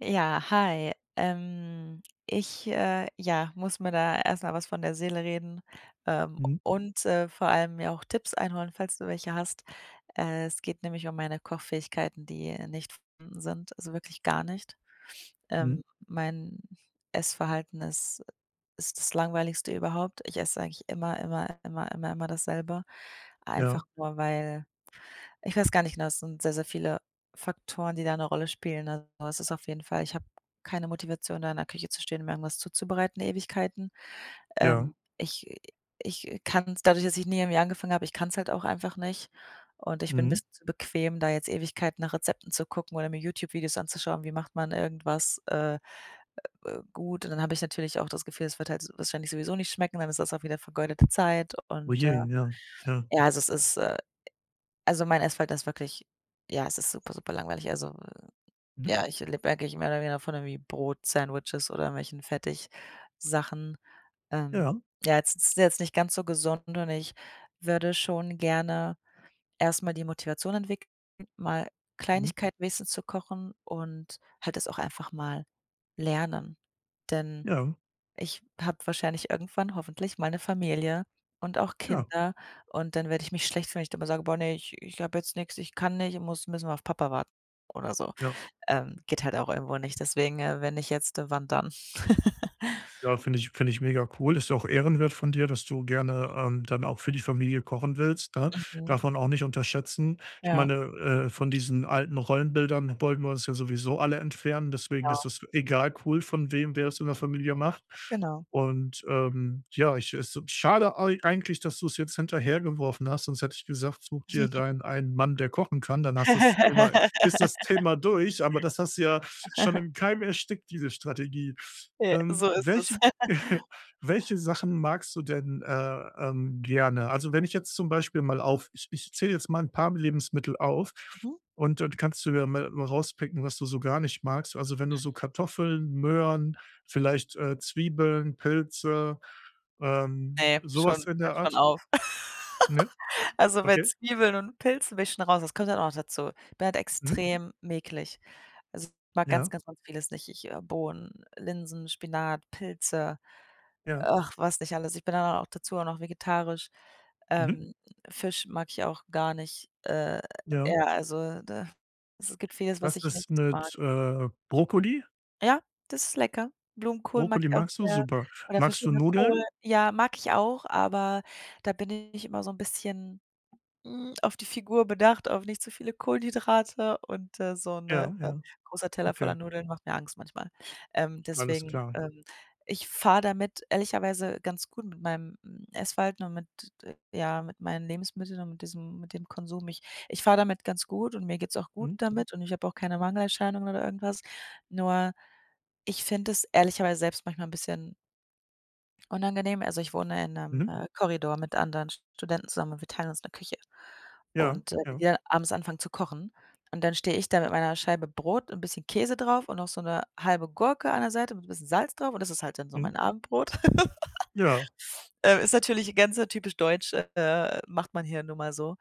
Ja, hi. Ich, ja, muss mir da erstmal was von der Seele reden, Mhm, und, vor allem mir auch Tipps einholen, falls du welche hast. Es geht nämlich um meine Kochfähigkeiten, die nicht vorhanden sind, also wirklich gar nicht. mhm, Mein Essverhalten ist das Langweiligste überhaupt. Ich esse eigentlich immer, immer, immer, immer, immer dasselbe, einfach ja, nur, weil ich weiß gar nicht genau, es sind sehr, sehr viele Faktoren, die da 'ne Rolle spielen. Also, es ist auf jeden Fall ich habe keine Motivation, da in der Küche zu stehen, mir irgendwas zuzubereiten, Ewigkeiten. ja, Ähm, ich ich kann's dadurch, dass ich nie irgendwie angefangen habe ich kann's halt auch einfach nicht. Und ich bin 'n mhm. bisschen zu bequem, da jetzt Ewigkeiten nach Rezepten zu gucken oder mir YouTube-Videos anzuschauen, wie macht man irgendwas, gut. Und dann habe ich natürlich auch das Gefühl, es wird halt wahrscheinlich sowieso nicht schmecken, dann ist das auch wieder vergeudete Zeit Oh und, ja, ja, ja, also, es ist, also, mein Essverhalten ist wirklich ja, es ist super, super langweilig. Also, mhm, ja, ich lebe eigentlich mehr oder weniger von irgendwie Brot, Sandwiches oder irgendwelchen Fertigsachen. Ähm, ja, ja, jetzt ist jetzt nicht ganz so gesund und ich würde schon gerne erstmal die Motivation entwickeln, mal mhm, Kleinigkeiten wenigstens zu kochen und halt das auch einfach mal lernen. Denn ja, ich habe wahrscheinlich irgendwann hoffentlich meine Familie und auch ja, Kinder und dann werde ich mich schlecht fühlen, wenn ich dann mal sage: „Boah, nee, ich habe jetzt nichts, ich kann nicht, muss müssen wir auf Papa warten" oder so. ja. Geht halt auch irgendwo nicht. Deswegen, wenn ich jetzt, wann dann? Ja, finde ich mega cool. Ist ja auch ehrenwert von dir, dass du gerne, dann auch für die Familie kochen willst, ne? Mhm. Darf man auch nicht unterschätzen. Ich Ja, meine, von diesen alten Rollenbildern wollen wir uns ja sowieso alle entfernen, deswegen genau, ist es egal cool, von wem wer es in der Familie macht. genau. Und, ja, ich es ist schade ei eigentlich, dass du es jetzt hinterhergeworfen hast, sonst hätte ich gesagt, such dir deinen einen Mann, der kochen kann, dann hast du das Thema ist das Thema durch, aber das hast du ja schon im Keim erstickt, diese Strategie. Ja, so ist Welche es. welche Sachen magst du denn, gerne? Also, wenn ich jetzt zum Beispiel mal auf ich zähle jetzt mal ein paar Lebensmittel auf Mhm. und dann kannst du ja mal rauspicken, was du so gar nicht magst. Also, wenn du so Kartoffeln, Möhren, vielleicht, Zwiebeln, Pilze, Ne, so schon in hört der schon Art, auf. ne? Also, bei Okay. Zwiebeln und Pilzen bin ich schon raus, das kommt halt auch noch dazu. Ich bin halt Mhm. extrem mäkelig. Also, ich mag ganz, Ja, ganz, ganz vieles nicht. Bohnen, Linsen, Spinat, Pilze, ja. ach, was nicht alles. Ich bin dann auch dazu auch noch vegetarisch. Mhm. Ähm, Fisch mag ich auch gar nicht. Ja. Ja, also, da es gibt vieles, was Was ich nicht ist mag. mit, Brokkoli? Ja, das ist lecker. Blumenkohl mag Brokkoli ich auch magst du? sehr Super. oder Magst du verschiedene Kohl. Nudeln? Ja, mag ich auch, aber da bin ich immer so ein bisschen auf die Figur bedacht, auf nicht zu viele Kohlenhydrate und, so 'ne Ja, ja. großer Teller voller Okay. Nudeln macht mir Angst manchmal. Alles Deswegen, klar. Ich fahre damit ehrlicherweise ganz gut mit meinem, Essverhalten und mit, ja, mit meinen Lebensmitteln und mit diesem mit dem Konsum. Ich fahre damit ganz gut und mir geht's auch gut Mhm. damit und ich habe auch keine Mangelerscheinungen oder irgendwas. Nur ich finde es ehrlicherweise selbst manchmal 'n bisschen unangenehm, also, ich wohne in einem Mhm. Korridor mit anderen Studenten zusammen und wir teilen uns eine Küche. Ja, Und, wenn ja. die dann abends anfangen zu kochen und dann stehe ich da mit meiner Scheibe Brot, ein bisschen Käse drauf und noch so eine halbe Gurke an der Seite mit 'n bisschen Salz drauf und das ist halt dann so Mhm. mein Abendbrot. Ja, Ist natürlich ganz, typisch deutsch, macht man hier nun mal so.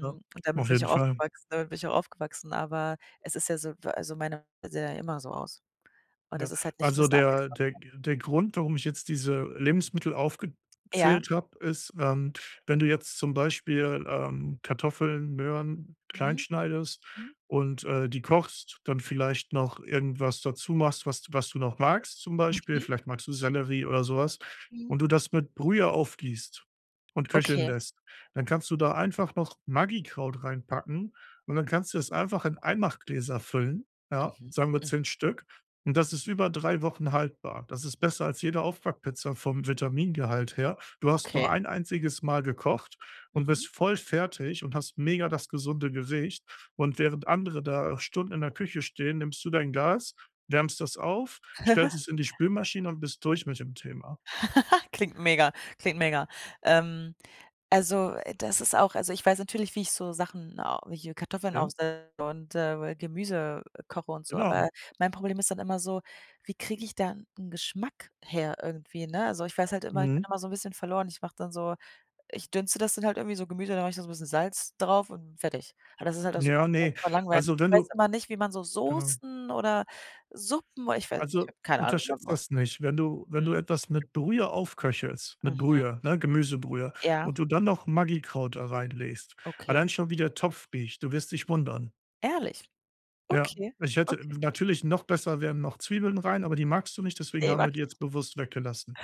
ja. und damit Auf bin ich jeden auch Fall. aufgewachsen damit bin ich auch aufgewachsen, aber es ist ja so also, meine sieht ja immer so aus. Und Ja, das ist halt nicht ein also bisschen der Abwechslung. der der Grund, warum ich jetzt diese Lebensmittel Ja. aufgezählt habe, ist, wenn du jetzt zum Beispiel, Kartoffeln, Möhren klein Mhm. schneidest Mhm. und, die kochst, dann vielleicht noch irgendwas dazu machst, was du noch magst zum Beispiel, Mhm. vielleicht magst du Sellerie oder sowas Mhm. und du das mit Brühe aufgießt und köcheln Okay. lässt, dann kannst du da einfach noch Maggi-Kraut reinpacken und dann kannst du das einfach in Einmachgläser füllen, ja, Mhm, sagen wir hm, 10 Stück und das ist über 3 Wochen haltbar. Das ist besser als jede Aufbackpizza vom Vitamingehalt her. Du hast okay. nur ein einziges Mal gekocht und Mhm. bist voll fertig und hast mega das gesunde Gericht. Und während andere da Stunden in der Küche stehen, nimmst du dein Gas, wärmst das auf, stellst es in die Spülmaschine und bist durch mit dem Thema. Klingt mega, klingt mega. Ähm, Das ist auch also, ich weiß natürlich, wie ich so Sachen au hier Kartoffeln Ja, aufsetze und, Gemüse koche und so, genau. aber mein Problem ist dann immer so: Wie kriege ich da einen Geschmack her irgendwie, ne? Also, ich weiß halt immer ich bin Mhm. immer so ein bisschen verloren. Ich mache dann so ich dünste das dann halt irgendwie so Gemüse, dann mache ich da so ein bisschen Salz drauf und fertig. Aber das ist halt auch super, Ja, super, ne, super langweilig. also Ich wenn weiß du immer nicht, wie man so genau. Soßen oder Suppen ich weiß ich Also, habe keine Ahnung, wie unterschätzt man so. das nicht. Wenn du wenn Mhm, du etwas mit Brühe aufköchelst, mit mhm. Brühe, ne, Gemüsebrühe Ja, und du dann noch Maggi Kraut da reinlegst, okay. allein schon wie der Topf riecht, du wirst dich wundern. Ehrlich? Ja, Okay, ich hätte okay. natürlich noch besser wären noch Zwiebeln rein, aber die magst du nicht, deswegen Ne, haben mag wir die ich nicht. jetzt bewusst weggelassen.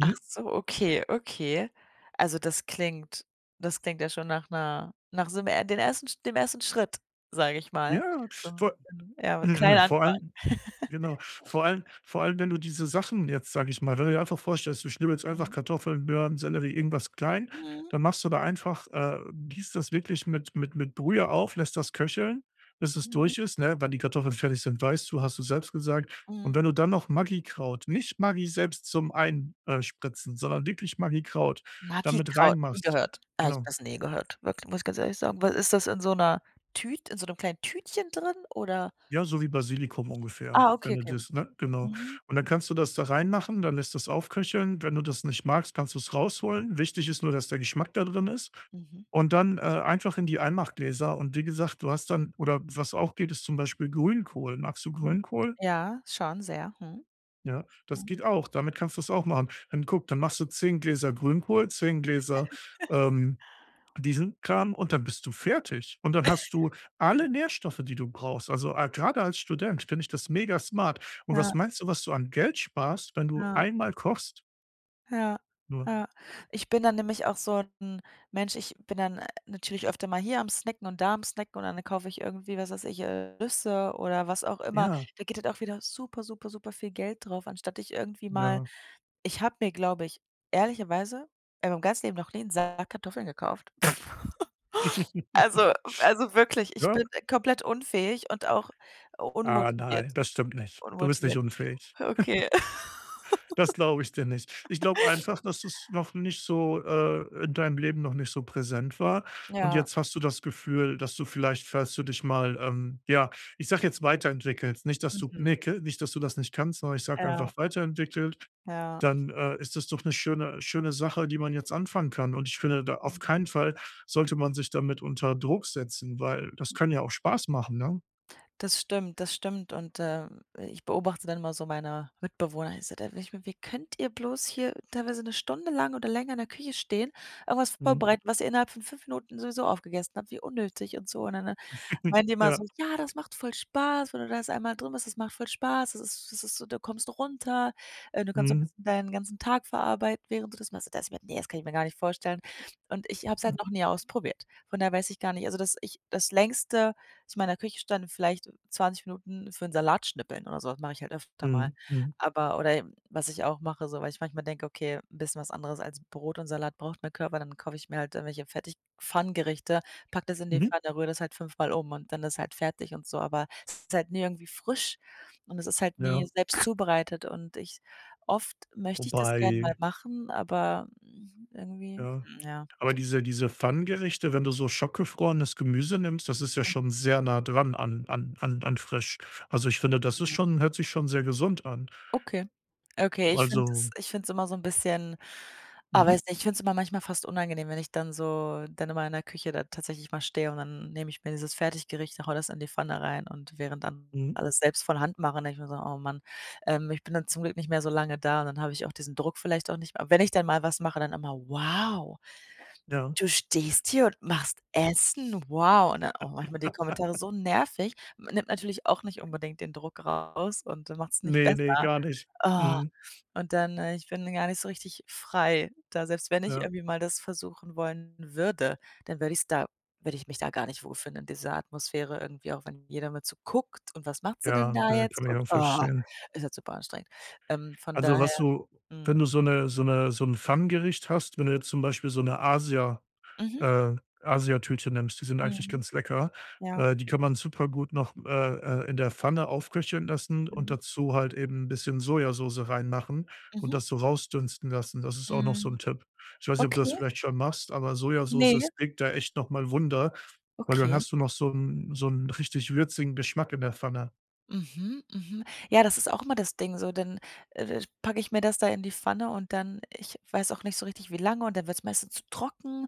Ach so, okay, okay. Also, das klingt ja schon nach 'ner nach so 'nem e den ersten dem ersten Schritt, sage ich mal. Ja, So vor 'n ja, kleiner vor Anfang. allem. Genau. Vor allem, wenn du diese Sachen jetzt, sage ich mal wenn du dir einfach vorstellst, du schnibbelst einfach Mhm. Kartoffeln, Möhren, Sellerie, irgendwas klein, Mhm, dann machst du da einfach gießt das wirklich mit mit Brühe auf, lässt das köcheln, bis es mhm, durch ist, ne? Wann die Kartoffeln fertig sind, weißt du, hast du selbst gesagt. Und wenn mhm. du dann noch Kraut, nicht Maggi selbst zum Einspritzen, sondern wirklich Maggikraut Kraut, damit Magikraut, nie reinmachst. gehört. Habe ich Genau. das nie gehört, wirklich, muss ich ganz ehrlich sagen. Was ist das in so 'ner Tüt in so 'nem kleinen Tütchen drin oder? Ja, so wie Basilikum ungefähr, Ah, okay, wenn du okay. das ne, genau. Mhm, Und dann kannst du das da reinmachen, dann lässt das aufköcheln. Wenn du das nicht magst, kannst du es rausholen. Wichtig ist nur, dass der Geschmack da drin ist. mhm, Und dann, einfach in die Einmachgläser und wie gesagt, du hast dann oder was auch geht, ist zum Beispiel Grünkohl. Magst du mhm. Grünkohl? Ja, schon sehr, mhm. Ja, das Mhm. geht auch. Damit kannst du es auch machen. Dann guck, dann machst du 10 Gläser Grünkohl, 10 Gläser, ähm diesen Kram und dann bist du fertig. Und dann hast du alle Nährstoffe, die du brauchst. Also, gerade als Student finde ich das mega smart. Und was Ja, meinst du, was du an Geld sparst, wenn du ja, einmal kochst? ja, Nur. ja. Ich bin dann nämlich auch so 'n Mensch, ich bin dann, natürlich öfter mal hier am Snacken und da am Snacken und dann kaufe ich irgendwie, was weiß ich, Nüsse oder was auch immer. Ja, Da geht halt auch wieder super, super, super viel Geld drauf, anstatt ich irgendwie mal ja. ich habe mir, glaube ich, ehrlicherweise in meinem ganzen Leben noch nie 'n Sack Kartoffeln gekauft. Also also wirklich, ich Ja? bin komplett unfähig und auch Ah, unmotiviert nein, das stimmt nicht. Du bist nicht unmotiviert. unfähig. Okay. Das glaube ich dir nicht. Ich glaube einfach, dass es noch nicht so, in deinem Leben noch nicht so präsent war. Und Ja, jetzt hast du das Gefühl, dass du vielleicht, falls du dich mal, ja, ich sage jetzt weiterentwickelt, nicht, dass du mhm. ne, ke nicht, dass du das nicht kannst, sondern ich sage Ja, einfach weiterentwickelt, ja. dann, ist das doch eine schöne Sache, die man jetzt anfangen kann. Und ich finde, da auf Mhm. keinen Fall sollte man sich damit unter Druck setzen, weil das kann Mhm. ja auch Spaß machen, ne? Das stimmt, das stimmt. Und, ich beobachte dann mal so meine Mitbewohner. Ich so, „Wie könnt ihr bloß hier teilweise eine Stunde lang oder länger in der Küche stehen, irgendwas Mhm. vorbereiten, was ihr innerhalb von 5 Minuten sowieso aufgegessen habt? Wie unnötig und so." Und dann, meinen die immer Ja. so: „Ja, das macht voll Spaß, wenn du da jetzt einmal drin bist, das macht voll Spaß. Das ist so du kommst runter, du kannst so 'n Mhm. bisschen deinen ganzen Tag verarbeiten, während du das machst." Da dachte „Ne, das kann ich mir gar nicht vorstellen." Und ich habe es halt Mhm. noch nie ausprobiert. Von daher weiß ich gar nicht also, das ich das längste. Ich meine, in der Küche stand vielleicht 20 Minuten für 'n Salat schnippeln oder so was mache ich halt öfter mal. Mhm. Mhm. Aber oder, was ich auch mache, so weil ich manchmal denke: „Okay, 'n bisschen was anderes als Brot und Salat braucht mein Körper", dann kaufe ich mir halt irgendwelche Fertig-Pfannengerichte, packe das in die Mhm. Pfanne, rühre das halt fünfmal um und dann ist halt fertig und so. Aber es ist halt nie irgendwie frisch und es ist halt nie Ja. selbst zubereitet und ich oft möchte ich das gern mal Wobei. machen, aber, irgendwie, Ja. Ja. Aber diese Pfannengerichte, wenn du so schockgefrorenes Gemüse nimmst, das ist ja schon sehr nah dran an an frisch. Also, ich finde, das ist Mhm. schon hört sich schon sehr gesund an. Okay. Okay, Also ich finde es immer so 'n bisschen mhm, weiß nicht, ich finde es immer manchmal fast unangenehm, wenn ich dann so dann immer in der Küche da tatsächlich mal stehe und dann nehme ich mir dieses Fertiggericht und haue das in die Pfanne rein und während dann mhm, alles selbst von Hand mache, denke ich mir so: „Oh Mann." Ich bin dann zum Glück nicht mehr so lange da und dann habe ich auch diesen Druck vielleicht auch nicht mehr. Wenn ich dann mal was mache, dann immer: „Wow, ja. du stehst hier und machst Essen, wow." Und dann auch manchmal die Kommentare so nervig, nimmt natürlich auch nicht unbedingt den Druck raus und macht's nicht Ne, ne, besser. gar nicht. Oh. Mhm, Und dann ich bin gar nicht so richtig frei da. Selbst wenn ich ja, irgendwie mal das versuchen wollen würde, dann würde ich's da würde ich mich da gar nicht wohlfühlen in dieser Atmosphäre irgendwie, auch wenn jeder mit so guckt: „Und was macht sie denn ja, da ne, kann jetzt?" ich Und, auch verstehen. ist halt super anstrengend. Von Also, was daher. du Mhm. wenn du so eine so ein Pfannengericht hast, wenn du jetzt zum Beispiel so eine Mhm. äh, Asiatütchen nimmst. Die sind eigentlich Mhm. ganz lecker. Ja. Die kann man super gut noch, in der Pfanne aufköcheln lassen und Mhm. dazu halt eben ein bisschen Sojasauce reinmachen und Mhm. das so rausdünsten lassen. Das ist auch noch so Mhm. ein Tipp. Ich weiß nicht, ob du Okay. das vielleicht schon machst, aber Ne, Sojasauce es wirkt da echt noch mal Wunder, weil dann okay. hast du noch so einen richtig würzigen Geschmack in der Pfanne, Mhm, mhm. Ja, das ist auch immer das Ding so, dann, packe ich mir das da in die Pfanne und dann ich weiß auch nicht so richtig, wie lange und dann wird's meistens zu trocken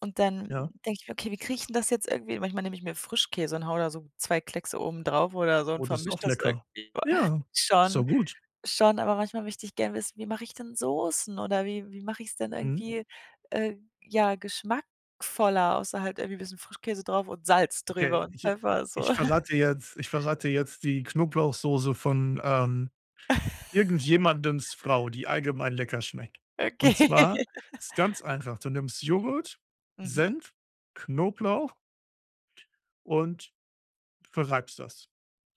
und dann ja? denke ich mir: „Okay, wie kriege ich 'n das jetzt irgendwie" manchmal nehme ich mir Frischkäse und hau da so 2 Kleckse oben drauf oder so und Oh, das ist vermische auch das lecker. irgendwie. Aber Ja, schon, so gut. schon, aber manchmal möchte ich gerne wissen, wie mache ich denn Soßen oder wie mache ich's denn Mhm. irgendwie, ja, geschmackvoller, außer halt irgendwie ein bisschen Frischkäse drauf und Salz drüber Okay, und ich Pfeffer so. ich verrate jetzt ich verrate jetzt die Knoblauchsoße von, Irgendjemandens Frau, die allgemein lecker schmeckt. Und Okay. zwar ist ganz einfach, du nimmst Joghurt, Mhm. Senf, Knoblauch und verreibst das.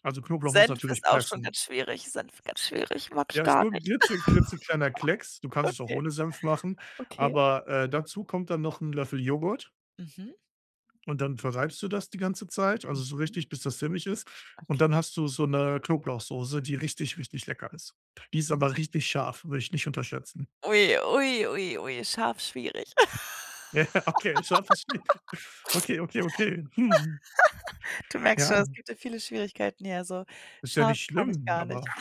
Also, Knoblauch musst du Senf natürlich ist auch schon pressen. ganz schwierig. Senf ganz schwierig, mag ich Ja, ist gar nur 'n nicht. Klitzekleiner Klecks. Du kannst es auch Okay, ohne Senf machen, okay. aber, dazu kommt dann noch ein Löffel Joghurt Mhm, und dann verreibst du das die ganze Zeit, also so mhm, richtig, bis das sämig ist. Und dann okay. hast du so eine Knoblauchsoße, die richtig, richtig lecker ist. Die ist Mhm. aber richtig scharf, würde ich nicht unterschätzen. Ui, ui, ui, ui, scharf schwierig. Ja, okay, scharfes Schnitt. Okay, okay, okay. Hm, Du merkst schon, ja, es gibt ja viele Schwierigkeiten hier, also ist ja scharf nicht kann ich schlimm, gar nicht. aber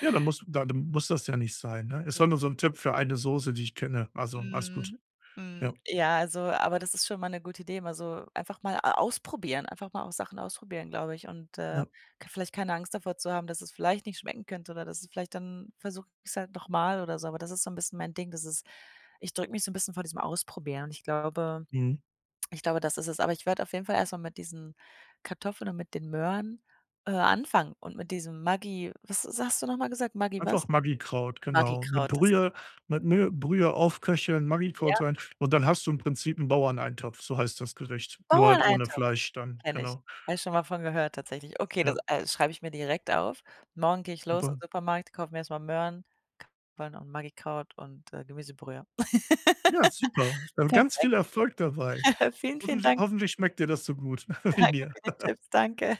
ja, dann muss das ja nicht sein, ne? Es war nur so ein Tipp für eine Soße, die ich kenne. Also, alles gut. Mhm. Mhm. Ja, Ja, also aber das ist schon mal 'ne gute Idee, mal so einfach mal a ausprobieren einfach mal auch Sachen ausprobieren, glaube ich und, ja. k vielleicht keine Angst davor zu haben, dass es vielleicht nicht schmecken könnte oder dass es vielleicht dann versuche ich's halt noch mal oder so. Aber das ist so 'n bisschen mein Ding, das ist ich drücke mich so 'n bisschen vor diesem Ausprobieren und ich glaube Mhm. ich glaube, das ist es. Aber ich werde auf jeden Fall erst mal mit diesen Kartoffeln und mit den Möhren, anfangen und mit diesem Maggi was hast du noch mal gesagt? Maggi Einfach was? Maggikraut, genau. Mit Maggikraut, das Brühe mit Mö Brühe aufköcheln, ja, Maggikraut rein und dann hast du im Prinzip einen Bauerneintopf, so heißt das Gericht. Nur halt ohne Bauerneintopf. Fleisch dann, Kenne ich. genau. Habe ich schon mal von gehört tatsächlich. Okay, das, Ja, schreibe ich mir direkt auf. Morgen gehe ich los in super. den Supermarkt, kaufe mir erstmal Möhren, Kapern und Magikraut und, Gemüsebrühe. Ja, super. Dann ganz viel Erfolg dabei. Vielen, vielen Hoffentlich Dank hoffentlich schmeckt dir das so gut wie mir. für die Tipps. Danke.